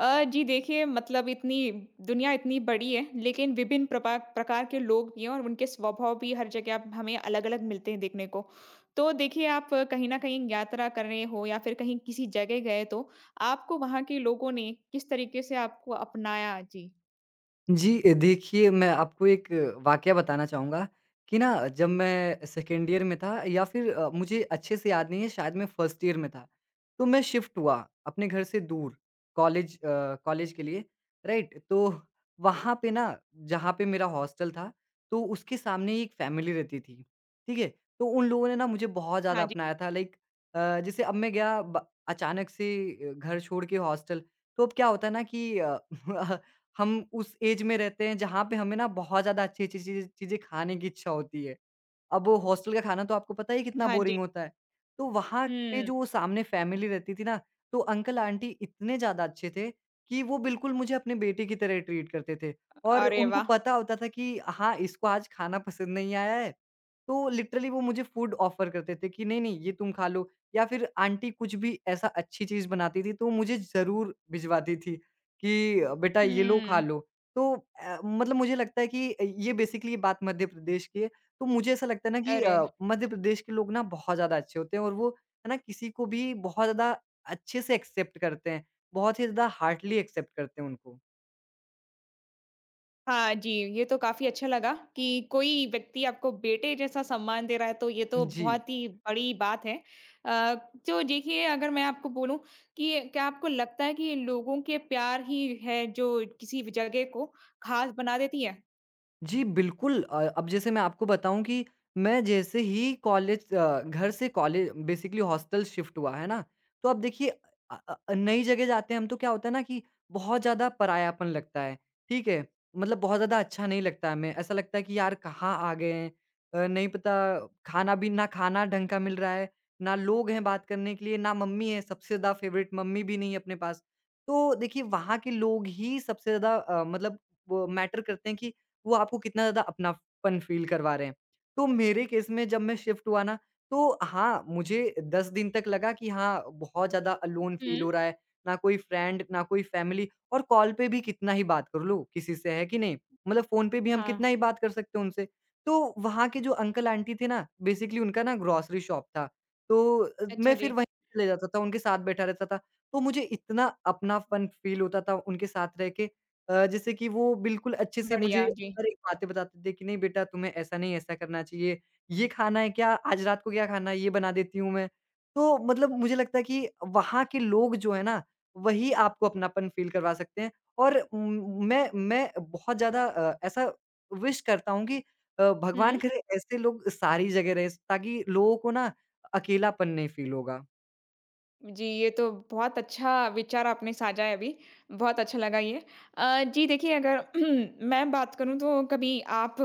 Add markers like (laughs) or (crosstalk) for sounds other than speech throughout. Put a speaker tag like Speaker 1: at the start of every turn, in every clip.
Speaker 1: जी देखिए, मतलब इतनी दुनिया इतनी बड़ी है, लेकिन विभिन्न प्रकार के लोग भी हैं और उनके स्वभाव भी हर जगह हमें अलग अलग मिलते हैं देखने को। तो देखिए, आप कहीं ना कहीं यात्रा कर रहे हो या फिर कहीं किसी जगह गए तो आपको वहां के लोगों ने किस तरीके से आपको अपनाया जी?
Speaker 2: जी, देखिए, मैं आपको एक वाकया बताना चाहूँगा कि ना जब मैं सेकेंड ईयर में था या फिर मुझे अच्छे से याद नहीं है, शायद मैं फर्स्ट ईयर में था। तो मैं शिफ्ट हुआ अपने घर से दूर, कॉलेज अ, कॉलेज के लिए, राइट? तो वहाँ पे ना, जहाँ पे मेरा हॉस्टल था, तो उसके सामने ही एक फैमिली रहती थी, ठीक है? तो उन लोगों ने ना मुझे बहुत ज़्यादा
Speaker 1: हाँ जी।
Speaker 2: अपनाया था, लाइक जैसे अब मैं गया ब अचानक से, घर छोड़ के हॉस्टल। तो अब क्या होता है ना कि (laughs) हम उस ऐज में रहते हैं जहाँ पे हमें ना बहुत ज़्यादा अच्छी-अच्छी चीज़ें खाने की इच्छा होती है। अब वो हॉस्टल का खाना तो आपको पता ही है कितना
Speaker 1: हाँ जी।
Speaker 2: बोरिंग होता है। तो वहाँ पे
Speaker 1: हम्म।
Speaker 2: जो सामने फैमिली रहती थी ना, तो अंकल-आंटी इतने ज़्यादा अच्छे थे कि वो बिल्कुल मुझे अपने बेटे की तरह ट्रीट करते थे। और
Speaker 1: अरे
Speaker 2: उनको
Speaker 1: वाह।
Speaker 2: पता होता था कि हाँ, इसको आज खाना पसंद नहीं आया है, तो लिटरली वो मुझे फूड ऑफ़र करते थे कि नहीं-नहीं ये तुम खा लो, या फिर आंटी कुछ भी ऐसा अच्छी चीज़ बनाती थी तो मुझे ज़रूर भिजवाती थी कि बेटा ये लो खा
Speaker 1: हम्म।
Speaker 2: लो। तो मतलब मुझे लगता है कि ये बेसिकली बात मध्य प्रदेश की है। तो मुझे ऐसा लगता है ना कि
Speaker 1: अरे।
Speaker 2: मध्य प्रदेश के लोग ना बहुत ज़्यादा अच्छे होते हैं, और वो है ना, किसी को भी बहुत ज़्यादा अच्छे से एक्सेप्ट करते हैं। बहुत ही ज़्यादा हार्डली एक्सेप्ट करते हैं उनको।
Speaker 1: हाँ जी, ये तो काफ़ी अच्छा लगा कि कोई व्यक्ति आपको बेटे जैसा सम्मान दे रहा है, तो ये तो
Speaker 2: जी।
Speaker 1: बहुत ही बड़ी बात है। अ, तो देखिए, अगर मैं आपको बोलूँ कि क्या आपको लगता है कि लोगों के प्यार ही है जो किसी भी जगह को ख़ास बना देती है?
Speaker 2: जी, बिल्कुल। अब जैसे मैं आपको बताऊँ कि मैं जैसे ही घर से कॉलेज, बेसिकली हॉस्टल, शिफ्ट हुआ, है ना? तो अब देखिए, नई जगह जाते हैं हम, तो क्या होता है ना कि बहुत ज़्यादा परायापन लगता है, ठीक है? मतलब बहुत ज़्यादा अच्छा नहीं लगता हमें, ऐसा लगता है कि यार कहाँ आ गए हैं? नहीं पता, खाना भी ना खाना ढंग का मिल रहा है, ना लोग हैं बात करने के लिए, ना मम्मी है, सबसे ज़्यादा फेवरेट मम्मी भी नहीं है अपने पास। तो देखिए, वहाँ के लोग ही सबसे ज़्यादा मतलब वो मैटर करते हैं कि वो आपको कितना ज़्यादा अपनापन फ़ील करवा रहे हैं। तो मेरे केस में जब मैं शिफ्ट हुआ ना, तो हाँ, मुझे 10 दिन तक लगा कि हाँ, बहुत ज़्यादा अलोन फ़ील
Speaker 1: हुँ।
Speaker 2: हो रहा है, ना कोई फ्रेंड, ना कोई फ़ैमिली, और कॉल पे भी कितना ही बात कर लो किसी से, है कि नहीं? मतलब फ़ोन पे भी हम
Speaker 1: हाँ।
Speaker 2: कितना ही बात कर सकते हैं उनसे। तो वहाँ के जो अंकल-आंटी थे ना, बेसिकली उनका ना ग्रोसरी शॉप था, तो मैं
Speaker 1: अच्छा
Speaker 2: फिर
Speaker 1: जी।
Speaker 2: वहीं चले जाता था, उनके साथ बैठा रहता था। तो मुझे इतना अपनापन फ़ील होता था उनके साथ रह के, जैसे कि वो बिल्कुल अच्छे से मुझे
Speaker 1: बढ़िया जी।
Speaker 2: हर एक बातें बताते थे कि नहीं बेटा, तुम्हें ऐसा नहीं ऐसा करना चाहिए, ये खाना है क्या? आज रात को क्या खाना है? ये बना देती हूँ मैं। तो मतलब मुझे लगता है कि वहाँ के लोग जो है ना, वही आपको अपनापन फ़ील करवा सकते हैं। और मैं बहुत ज़्यादा ऐसा विश करता हूँ कि भगवान
Speaker 1: हुँ।
Speaker 2: करे ऐसे लोग सारी जगह रहें, ताकि लोगों को ना अकेलापन नहीं फ़ील होगा।
Speaker 1: जी, ये तो बहुत अच्छा विचार आपने साझा है अभी, बहुत अच्छा लगा ये। जी देखिए, अगर (clears throat) मैं बात करूँ तो कभी आप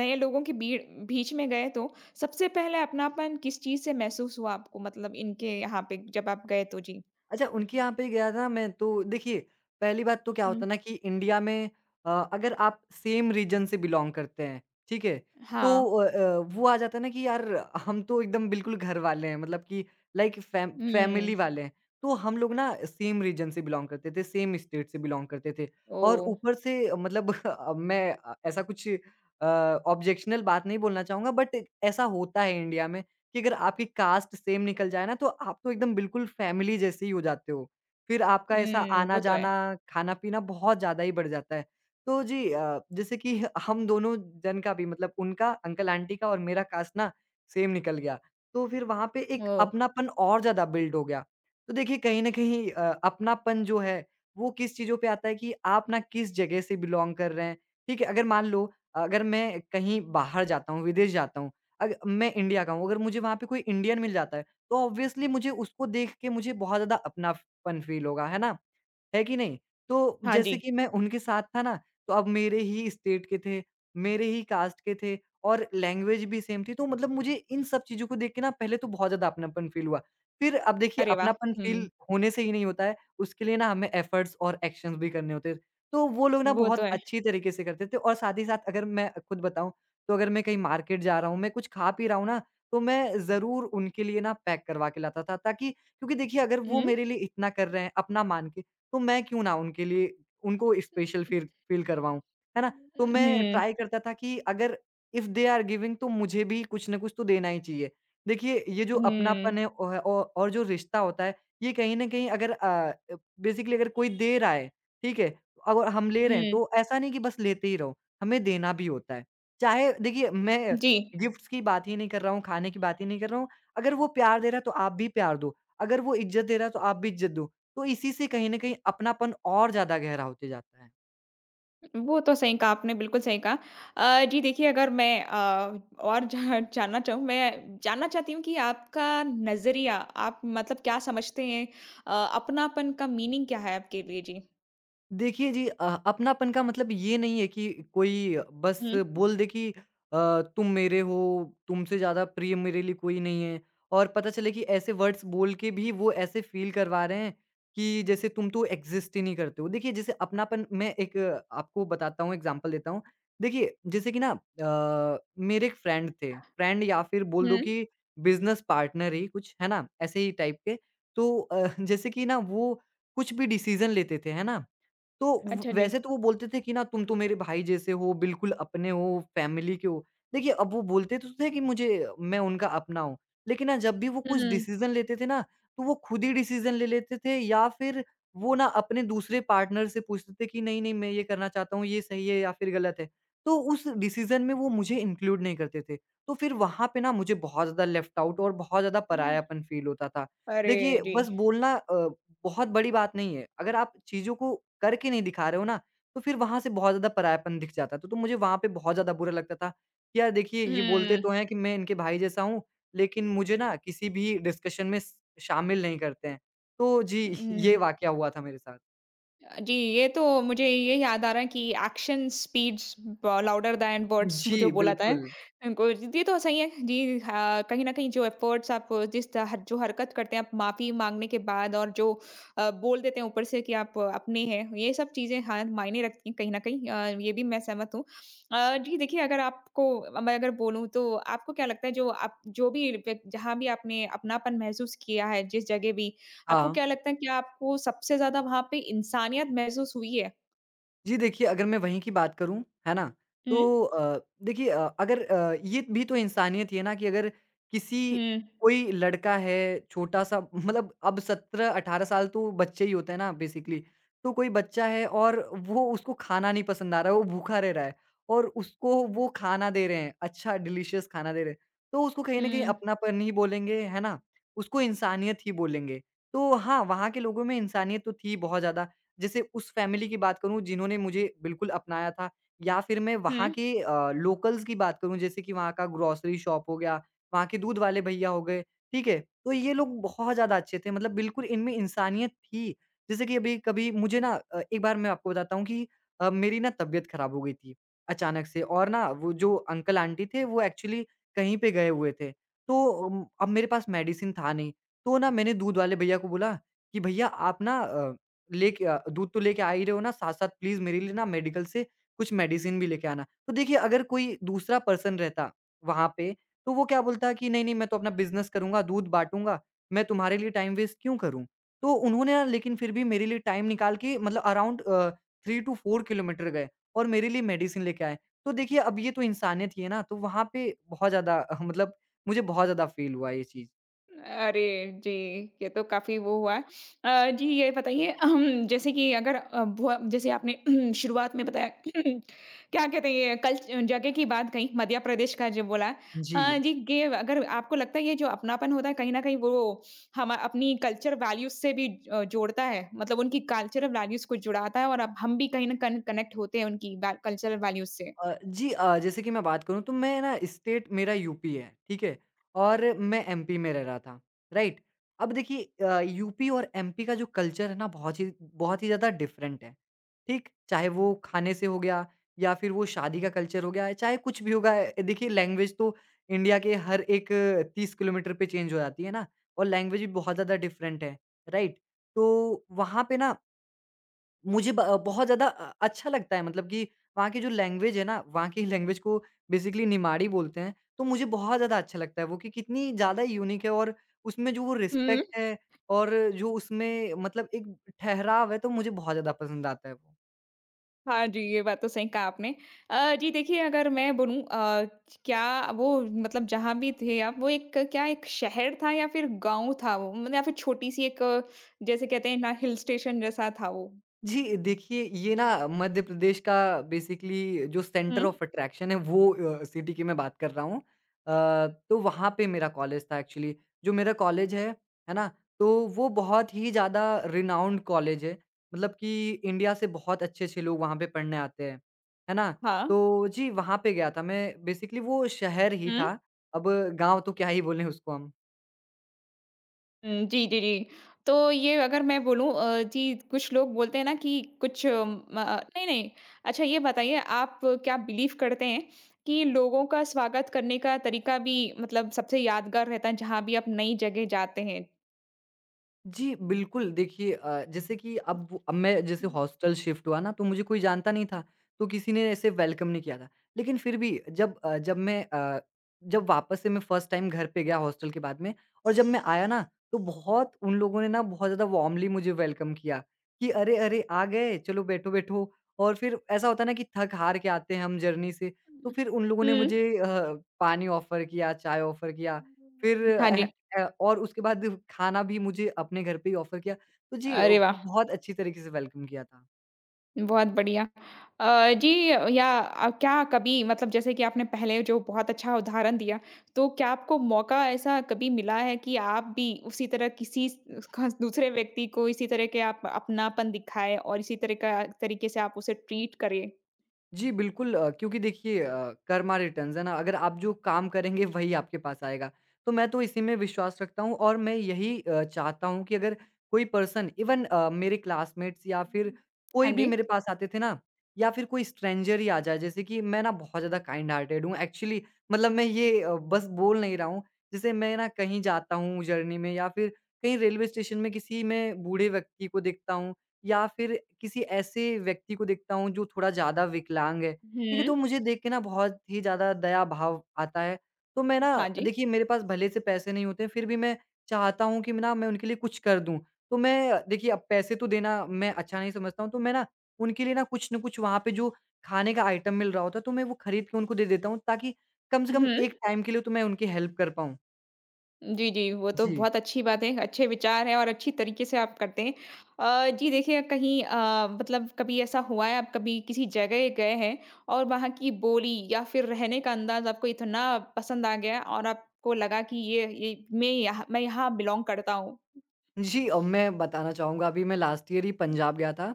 Speaker 1: नए लोगों के बीड़ बीच में गए तो सबसे पहले अपनापन किस चीज़ से महसूस हुआ आपको? मतलब इनके यहाँ पे जब आप गए तो जी।
Speaker 2: अच्छा, उनके यहाँ पे गया था मैं, तो देखिए, पहली बात तो क्या होता
Speaker 1: हुँ।
Speaker 2: है ना कि इंडिया में अगर आप सेम रीजन से बिलॉन्ग करते हैं, ठीक है? तो
Speaker 1: हाँ।
Speaker 2: वो आ जाता है ना कि यार हम तो एकदम बिल्कुल घर वाले हैं, मतलब कि लाइक फैमिली
Speaker 1: हुँ।
Speaker 2: वाले हैं। तो हम लोग ना सेम रीजन से बिलॉन्ग करते थे, सेम स्टेट से बिलॉन्ग करते थे, और
Speaker 1: ओह!
Speaker 2: ऊपर से मतलब (laughs) मैं ऐसा कुछ ऑब्जेक्शनल बात नहीं बोलना चाहूँगा, बट ऐसा होता है इंडिया में, कि अगर आपकी कास्ट सेम निकल जाए ना, तो आप तो एकदम बिल्कुल फैमिली जैसे ही हो जाते हो। फिर आपका ऐसा
Speaker 1: हुँ, वो तो है।
Speaker 2: आना-जाना, खाना-पीना बहुत ज़्यादा ही बढ़ जाता है। तो जी, जैसे कि हम दोनों जन का भी, मतलब उनका, अंकल-आंटी का और मेरा कास्ट ना सेम निकल गया। तो फिर वहाँ पे एक
Speaker 1: ओह!
Speaker 2: अपनापन और ज़्यादा बिल्ड हो गया। तो देखिए, कहीं न कहीं अपनापन जो है, वो किस चीज़ों पे आता है कि आप ना किस जगह से बिलॉन्ग कर रहे हैं। ठीक है? अगर मान लो, अगर मैं कहीं बाहर जाता हूँ, विदेश जाता हूँ, अग मैं इंडिया का हूँ, अगर मुझे वहाँ पे कोई इंडियन मिल जाता है, तो ऑब्वियसली मुझे उसको देख के मुझे बहुत ज़्यादा अपनापन फ़ील होगा, है ना? है कि नहीं? तो
Speaker 1: हाँ
Speaker 2: जैसे
Speaker 1: जी।
Speaker 2: कि मैं उनके साथ था ना, तो अब मेरे ही स्टेट के थे, मेरे ही कास्ट के थे, और लैंग्वेज भी सेम थी, तो मतलब मुझे इन सब चीज़ों को देख के ना पहले तो बहुत ज़्यादा अपनापन फ़ील हुआ। फिर अब देखिए,
Speaker 1: अरे वाह!
Speaker 2: अपनापन फ़ील
Speaker 1: हुँ,
Speaker 2: होने से ही नहीं होता है, उसके लिए ना हमें एफर्ट्स और एक्शन्स भी करने होते हैं। तो वो लोग ना
Speaker 1: वो तो
Speaker 2: बहुत
Speaker 1: है।
Speaker 2: अच्छी तरीके से करते थे, और साथ ही साथ अगर मैं खुद बताऊँ, तो अगर मैं कहीं मार्केट जा रहा हूँ, मैं कुछ खा पी रहा हूँ ना, तो मैं ज़रूर उनके लिए ना पैक करवा के लाता था, ताकि, क्योंकि देखिए अगर वो
Speaker 1: हुँ।
Speaker 2: मेरे लिए इतना कर रहे हैं, अपना मान के, तो मैं क्यों ना उनके लिए, उनको स्पेशल फ़ील फ़ील करवाऊँ, है ना? तो मैं
Speaker 1: हुँ।
Speaker 2: ट्राई करता था कि अगर इफ़ दे आर गिविंग, तो मुझे भी कुछ ना कुछ तो देना ही चाहिए। देखिए, ये जो
Speaker 1: हुँ।
Speaker 2: अपनापन है औ और जो रिश्ता होता है, ये कहीं न कहीं, अगर बेसिकली अगर कोई दे रहा है, ठीक है? और हम ले रहे हैं,
Speaker 1: हुँ।
Speaker 2: तो ऐसा नहीं कि बस लेते ही रहो, हमें देना भी होता है। चाहे, देखिए, मैं
Speaker 1: जी।
Speaker 2: गिफ्ट्स की बात ही नहीं कर रहा हूँ, खाने की बात ही नहीं कर रहा हूँ, अगर वो प्यार दे रहा है तो आप भी प्यार दो, अगर वो इज़्ज़त दे रहा है तो आप भी इज़्ज़त दो। तो इसी से कहीं न कहीं अपनापन और ज़्यादा गहरा होते जाता है।
Speaker 1: वो तो सही कहा आपने, बिल्कुल सही कहा। जी देखिए, अगर मैं और जा जानना चाहूँ, मैं जानना चाहती हूँ कि आपका नज़रिया, आप मतलब क्या समझते हैं? अपनापन का मीनिंग क्या है आपके लिए जी?
Speaker 2: देखिए जी, अपनापन का मतलब ये नहीं है कि कोई बस
Speaker 1: हुँ।
Speaker 2: बोल दे कि तुम मेरे हो, तुमसे ज़्यादा प्रिय मेरे लिए कोई नहीं है, और पता चले कि ऐसे वर्ड्स बोल के भी वो ऐसे फ़ील करवा रहे हैं कि जैसे तुम तो एग्ज़िस्ट ही नहीं करते हो। देखिए, जैसे अपनापन, मैं एक आपको बताता हूँ, एग्ज़ाम्पल देता हूँ। देखिए जैसे कि ना मेरे एक फ्रेंड थे, फ्रेंड या फिर बोल दो
Speaker 1: हुँ।
Speaker 2: कि बिज़नेस पार्टनर ही कुछ, है ना? ऐसे ही टाइप के। तो (laughs) जैसे कि ना वो कुछ भी डिसीज़न लेते थे, है ना? तो व
Speaker 1: अच्छा जी।
Speaker 2: वैसे तो वो बोलते थे कि ना तुम तो मेरे भाई जैसे हो, बिल्कुल अपने हो, फैमिली के हो। देखिए, अब वो बोलते तो थे कि मुझे, मैं उनका अपना हूँ। लेकिन ना जब भी वो कुछ
Speaker 1: हुँ।
Speaker 2: डिसीज़न लेते थे ना, तो वो खुद ही डिसीज़न ले लेते थे, या फिर वो ना अपने दूसरे पार्टनर से पूछते थे कि नहीं, नहीं मैं ये करना चाहता हूँ, ये सही है या फिर गलत है। तो उस डिसीज़न में वो मुझे इंक्लूड नहीं करते थे। तो फिर वहाँ पे ना मुझे बहुत ज़्यादा लेफ्ट आउट और बहुत ज़्यादा
Speaker 1: हाँ।
Speaker 2: परायापन फ़ील होता था।
Speaker 1: अरे!
Speaker 2: देखिए,
Speaker 1: जी।
Speaker 2: बस बोलना बहुत बड़ी बात नहीं है। अगर आप चीज़ों को करके नहीं दिखा रहे हो ना, तो फिर वहाँ से बहुत ज़्यादा परायापन दिख जाता है। तो मुझे वहाँ पे बहुत ज़्यादा बुरा लगता था कि यार देखिए, ये बोलते
Speaker 1: हुँ।
Speaker 2: तो हैं कि मैं इनके भाई जैसा हूँ, लेकिन मुझे ना किसी भी डिस्कशन में स शामिल नहीं करते हैं। तो जी, (laughs) ये
Speaker 1: हुँ।
Speaker 2: वाक़या हुआ था मेरे साथ।
Speaker 1: जी, ये तो मुझे ये याद आ रहा है कि एक्शन स्पीड्स ब लाउडर दैन वर्ड्स वो जो
Speaker 2: जी,
Speaker 1: बोला था
Speaker 2: बिल्कुल।
Speaker 1: उनको, ये तो सही है। जी, हाँ, कहीं न कहीं जो एफर्ट्स आप जिस तरह जो हरकत करते हैं आप माफ़ी माँगने के बाद और जो बोल देते हैं ऊपर से कि आप अपने हैं, ये सब चीज़ें, हाँ, मायने रखती हैं कहीं न कहीं, ये भी मैं सहमत हूँ। जी देखिए, अगर आपको मैं अगर बोलूँ तो आपको क्या लगता है, जो आप जो भी व्यक जहाँ भी आपने अपनापन महसूस किया है जिस जगह भी, आपको
Speaker 2: हाँ।
Speaker 1: क्या लगता है, क्या आपको सबसे ज़्यादा वहाँ पे इंसानियत महसूस हुई है?
Speaker 2: जी, देखिए, अगर मैं वहीं की बात करूँ, है ना?
Speaker 1: हुँ।
Speaker 2: तो देखिए, अगर ये भी तो इंसानियत ही है ना, कि अगर किसी
Speaker 1: हुँ।
Speaker 2: कोई लड़का है छोटा-सा, मतलब अब 17-18 साल तो बच्चे ही होते हैं ना बेसिकली। तो कोई बच्चा है, और वो, उसको खाना नहीं पसंद आ रहा है, वो भूखा रह रहा है, और उसको वो खाना दे रहे हैं, अच्छा डिलीशियस खाना दे रहे हैं। तो उसको कहीं न कहीं
Speaker 1: हुँ।
Speaker 2: अपनापन ही बोलेंगे, है ना? उसको इंसानियत ही बोलेंगे। तो हाँ, वहाँ के लोगों में इंसानियत तो थी बहुत ज़्यादा, जैसे उस फैमिली की बात करूँ जिन्होंने मुझे बिल्कुल अपनाया था, या फिर मैं वहाँ
Speaker 1: हुँ।
Speaker 2: के लोकल्स की बात करूँ, जैसे कि वहाँ का ग्रोसरी शॉप हो गया, वहाँ के दूध वाले भईया हो गए, ठीक है? तो ये लोग बहुत ज़्यादा अच्छे थे मतलब बिल्कुल इनमें इंसानियत थी। जैसे कि अभी कभी मुझे ना एक बार मैं आपको बताता हूँ कि मेरी ना तबीयत खराब हो गई थी अचानक से और ना वो जो अंकल आंटी थे वो एक्चुअली कहीं पे गए हुए थे। तो अब मेरे पास मेडिसिन था नहीं, तो ना मैंने दूध वाले भईया को बोला कि भईया आप ना लेके दूध तो लेके आ ही रहे हो ना, साथ-साथ प्लीज़ मेरे लिए ना मेडिकल से कुछ मेडिसिन भी लेके आना। तो देखिए अगर कोई दूसरा पर्सन रहता वहाँ पे, तो वो क्या बोलता कि नहीं, नहीं मैं तो अपना बिज़नेस करूँगा, दूध बाँटूँगा, मैं तुम्हारे लिए टाइम वेस्ट क्यों करूँ? तो उन्होंने ना लेकिन फिर भी मेरे लिए टाइम निकाल के मतलब अराउंड 3 टू 4 किलोमीटर गए और मेरे लिए मेडिसिन लेके आए। तो देखिए अब ये तो इंसानियत ही है ना, तो वहाँ पे बहुत ज़्यादा (laughs) मतलब मुझे बहुत ज़्यादा फ़ील हुआ ये चीज़।
Speaker 1: अरे! जी, ये तो काफ़ी वो हुआ है। जी ये बताइए, अहम जैसे कि अगर भुआ जैसे आपने (clears throat) शुरुआत में बताया (clears throat) क्या कहते हैं, ये कल्च जगह की बात कही, मध्य प्रदेश का जो बोला है।
Speaker 2: जी।
Speaker 1: जी, ये अगर आपको लगता है ये जो अपनापन होता है कहीं न कहीं, वो हम अपनी कल्चर वैल्यूज़ से भी जोड़ता है, मतलब उनकी कल्चरल वैल्यूज़ को जुड़ाता है और अब हम भी कहीं न कहीं कनेक्ट होते हैं उनकी बै कल्चरल वैल्यूज़ से।
Speaker 2: जी जैसे कि मैं बात करूँ तो मैं ना स्टेट मेरा यूपी है, ठीक है? और मैं एमपी में रह रहा था, राइट? अब देखिए यूपी और एमपी का जो कल्चर है ना बहुत ही ज़्यादा डिफ़रेंट है, ठीक? चाहे वो खाने से हो गया या फिर वो शादी का कल्चर हो गया, चाहे कुछ भी होगा देखिए लैंग्वेज तो इंडिया के हर एक 30 किलोमीटर पे चेंज हो जाती है ना और लैंग्वेज भी बहुत ज़्यादा डिफ़रेंट है, राइट? तो वहाँ पे ना मुझे ब बहुत ज़्यादा अच्छा लगता है मतलब कि वहाँ की जो लैंग्वेज है ना, वहाँ की (laughs) लैंग्वेज को बेसिकली निमाड़ी बोलते हैं, तो मुझे बहुत ज़्यादा अच्छा लगता है वो कि कितनी ज़्यादा यूनिक है और उसमें जो वो
Speaker 1: हम्म।
Speaker 2: रिस्पेक्ट है और जो उसमें मतलब एक ठहराव है, तो मुझे बहुत ज़्यादा पसंद आता है वो।
Speaker 1: हाँ जी, ये बात तो सही कहा आपने। जी देखिए, अगर मैं बोलूँ, क्या वो, मतलब जहाँ भी थे आप, वो एक क्या, एक शहर था या फिर गाँव था वो? मतलब या फिर छोटी-सी एक, जैसे कहते हैं ना, हिल स्टेशन जैसा था वो?
Speaker 2: जी, देखिए ये ना मध्य प्रदेश का बेसिकली जो
Speaker 1: हुँ।
Speaker 2: सेंटर ऑफ अट्रैक्शन है वो सिटी की मैं बात कर रहा हूँ। तो वहाँ पे मेरा कॉलेज था एक्चुअली। जो मेरा कॉलेज है ना? तो वो बहुत ही ज़्यादा रिनाउंड कॉलेज है। मतलब कि इंडिया से बहुत अच्छे-अच्छे लोग वहाँ पे पढ़ने आते हैं। है ना?
Speaker 1: हाँ।
Speaker 2: तो जी, वहाँ पे गया था मैं बेसिकली वो शहर ही
Speaker 1: हुँ।
Speaker 2: था। अब गाँव तो क्या ही बोलें उसको हम।
Speaker 1: हुँ, जी, जी, जी। तो ये अगर मैं बोलूँ, जी कुछ लोग बोलते हैं ना कि कुछ म नहीं, नहीं। अच्छा, ये बताइए, आप क्या बिलीव करते हैं कि लोगों का स्वागत करने का तरीका भी, मतलब सबसे यादगार रहता है जहाँ भी आप नई जगह जाते हैं?
Speaker 2: जी, बिल्कुल। देखिए जैसे कि अब मैं जैसे
Speaker 1: हुँ।
Speaker 2: हॉस्टल शिफ्ट हुआ ना, तो मुझे कोई जानता नहीं था, तो किसी ने ऐसे वेलकम नहीं किया था। लेकिन फिर भी जब अ, जब मैं अ, जब वापस से मैं फर्स्ट टाइम घर पे गया हॉस्टल के बाद में और जब मैं आया ना, तो बहुत उन लोगों ने ना बहुत ज़्यादा वार्मली मुझे वेलकम किया कि, "अरे, अरे! आ गए, चलो बैठो-बैठो।" और फिर ऐसा होता है ना कि थक-हार के आते हैं हम जर्नी से, तो फिर उन लोगों ने मुझे पानी ऑफ़र किया, चाय ऑफ़र किया, फिर
Speaker 1: हाँ
Speaker 2: अह
Speaker 1: जी।
Speaker 2: और उसके बाद खाना भी मुझे अपने घर पे ही ऑफ़र किया। तो जी
Speaker 1: अरे वाह!
Speaker 2: बहुत अच्छी तरीके से वेलकम किया था।
Speaker 1: बहुत बढ़िया। जी या क्या कभी, मतलब जैसे कि आपने पहले जो बहुत अच्छा उदाहरण दिया, तो क्या आपको मौका ऐसा कभी मिला है कि आप भी उसी तरह किसी स खास दूसरे व्यक्ति को इसी तरह के आप अपनापन दिखाएँ और इसी तरह का तरीके से आप उसे ट्रीट करें?
Speaker 2: जी, बिल्कुल क्योंकि देखिए कर्मा रिटर्न्स है ना, अगर आप जो काम करेंगे वही आपके पास आएगा। तो मैं तो इसी में विश्वास रखता हूँ और मैं यही चाहता हूँ कि अगर कोई पर्सन इवन मेरे क्लासमेट्स या फिर
Speaker 1: हाँ
Speaker 2: कोई भी
Speaker 1: जी।
Speaker 2: मेरे पास आते थे ना या फिर कोई स्ट्रेंजर ही आ जाए जैसे कि मैं ना बहुत ज़्यादा काइंड हार्टेड हूँ एक्चुअली मतलब मैं ये बस बोल नहीं रहा हूँ। जैसे मैं ना कहीं जाता हूँ जर्नी में या फिर कहीं रेलवे स्टेशन में किसी मैं बूढ़े व्यक्ति को देखता हूँ या फिर किसी ऐसे व्यक्ति को देखता हूँ जो थोड़ा ज़्यादा विकलांग है, ठीक है? तो
Speaker 1: हुँ।
Speaker 2: मुझे देख के ना बहुत ही ज़्यादा दया भाव आता है। तो मैं ना
Speaker 1: हाँ जी।
Speaker 2: देखिए मेरे पास भले से पैसे नहीं होते, फिर भी मैं चाहता हूँ कि मैं उनके लिए कुछ कर दूँ। तो मैं देखिए अब पैसे तो देना मैं अच्छा नहीं समझता हूँ, तो मैं ना उनके लिए ना कुछ न कुछ वहाँ पे जो खाने का आइटम मिल रहा होता है, तो मैं वो खरीद के उनको दे देता हूँ ताकि कम से कम
Speaker 1: हुँ।
Speaker 2: एक टाइम के लिए तो मैं उनकी हेल्प कर पाऊँ।
Speaker 1: जी, जी। वो तो
Speaker 2: जी।
Speaker 1: बहुत अच्छी बात है, अच्छे विचार हैं और अच्छी तरीके से आप करते हैं। जी देखिए, कहीं मतलब कभी ऐसा हुआ है, आप कभी किसी जगह गए हैं और वहाँ की बोली या फिर रहने का अंदाज़ आपको इतना पसंद आ गया और आपको लगा कि ये मैं यहाँ बिलॉन्ग करता हूँ?
Speaker 2: जी मैं बताना चाहूँगा अभी मैं लास्ट ईयर ही पंजाब गया था,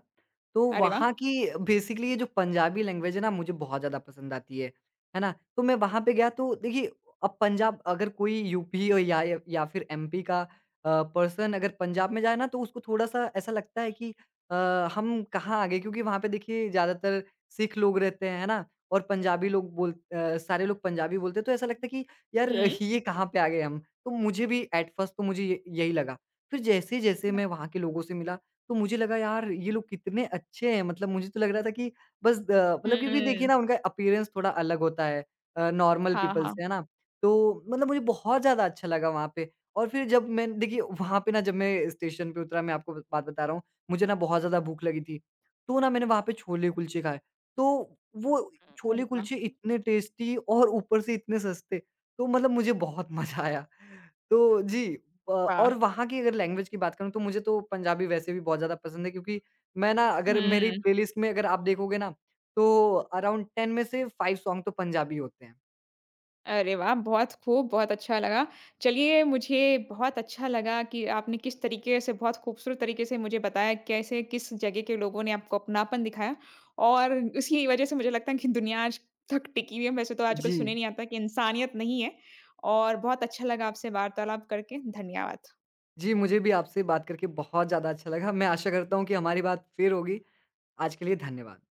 Speaker 2: तो
Speaker 1: अरे वाह!
Speaker 2: वहाँ की बेसिकली ये जो पंजाबी लैंग्वेज है ना मुझे बहुत ज़्यादा पसंद आती है ना? तो मैं वहाँ पे गया तो देखिए अब पंजाब अगर कोई यूपी और या फिर एमपी का पर्सन अगर पंजाब में जाए ना तो उसको थोड़ा-सा ऐसा लगता है कि अ, हम कहाँ आ गए क्योंकि वहाँ पे देखिए ज़्यादातर सिख लोग रहते हैं, है ना? और पंजाबी लोग बोल अ, सारे लोग पंजाबी बोलते हैं तो ऐसा लगता है कि यार
Speaker 1: हुँ।
Speaker 2: ये कहाँ पे आ गए हम? तो मुझे भी एट फर्स्ट तो मुझे य यही लगा। फिर जैसे-जैसे मैं वहाँ के लोगों से मिला, तो मुझे लगा यार ये लोग कितने अच्छे हैं, मतलब मुझे तो लग रहा था कि बस मतलब क्योंकि देखिए
Speaker 1: हुँ।
Speaker 2: ना उनका अपीयरेंस थोड़ा अलग होता है नॉर्मल
Speaker 1: हाँ,
Speaker 2: पीपल से,
Speaker 1: हाँ।
Speaker 2: है ना? तो मतलब मुझे बहुत ज़्यादा अच्छा लगा वहाँ पे और फिर जब मैं देखिए वहाँ पे ना जब मैं स्टेशन पे उतरा, मैं आपको ब बात बता रहा हूँ, मुझे ना बहुत ज़्यादा भूख लगी थी, तो ना मैंने वहाँ पे छोले-कुलचे खाए, तो वो
Speaker 1: अरे वाह!
Speaker 2: छोले-कुलचे इतने टेस्टी और ऊपर से इतने सस्ते, तो मतलब मुझे बहुत (laughs) मज़ा आया। तो जी। और
Speaker 1: वाह!
Speaker 2: वहाँ की अगर लैंग्वेज की बात करूँ तो मुझे तो पंजाबी वैसे भी बहुत ज़्यादा पसंद है क्योंकि मैं ना अगर मेरी
Speaker 1: हुँ।
Speaker 2: प्लेलिस्ट में अगर आप देखोगे ना तो अराउंड 10 में से 5 सॉन्ग तो पंजाबी होते हैं।
Speaker 1: अरे वाह! बहुत खूब, बहुत अच्छा लगा। चलिए, मुझे बहुत अच्छा लगा कि आपने किस तरीके से बहुत खूबसूरत तरीके से मुझे बताया, कैसे किस जगह के लोगों ने आपको अपनापन दिखाया और इसी वज़ह से मुझे लगता है कि दुनिया आज तक टिकी हुई है। वैसे तो आजकल
Speaker 2: जी।
Speaker 1: सुने नहीं आता कि इंसानियत नहीं है और बहुत अच्छा लगा आपसे वार्तालाप करके। धन्यवाद।
Speaker 2: जी, मुझे भी आपसे बात करके बहुत ज़्यादा अच्छा लगा। मैं आशा करता हूँ कि हमारी बात फिर होगी। आज के लिए धन्यवाद।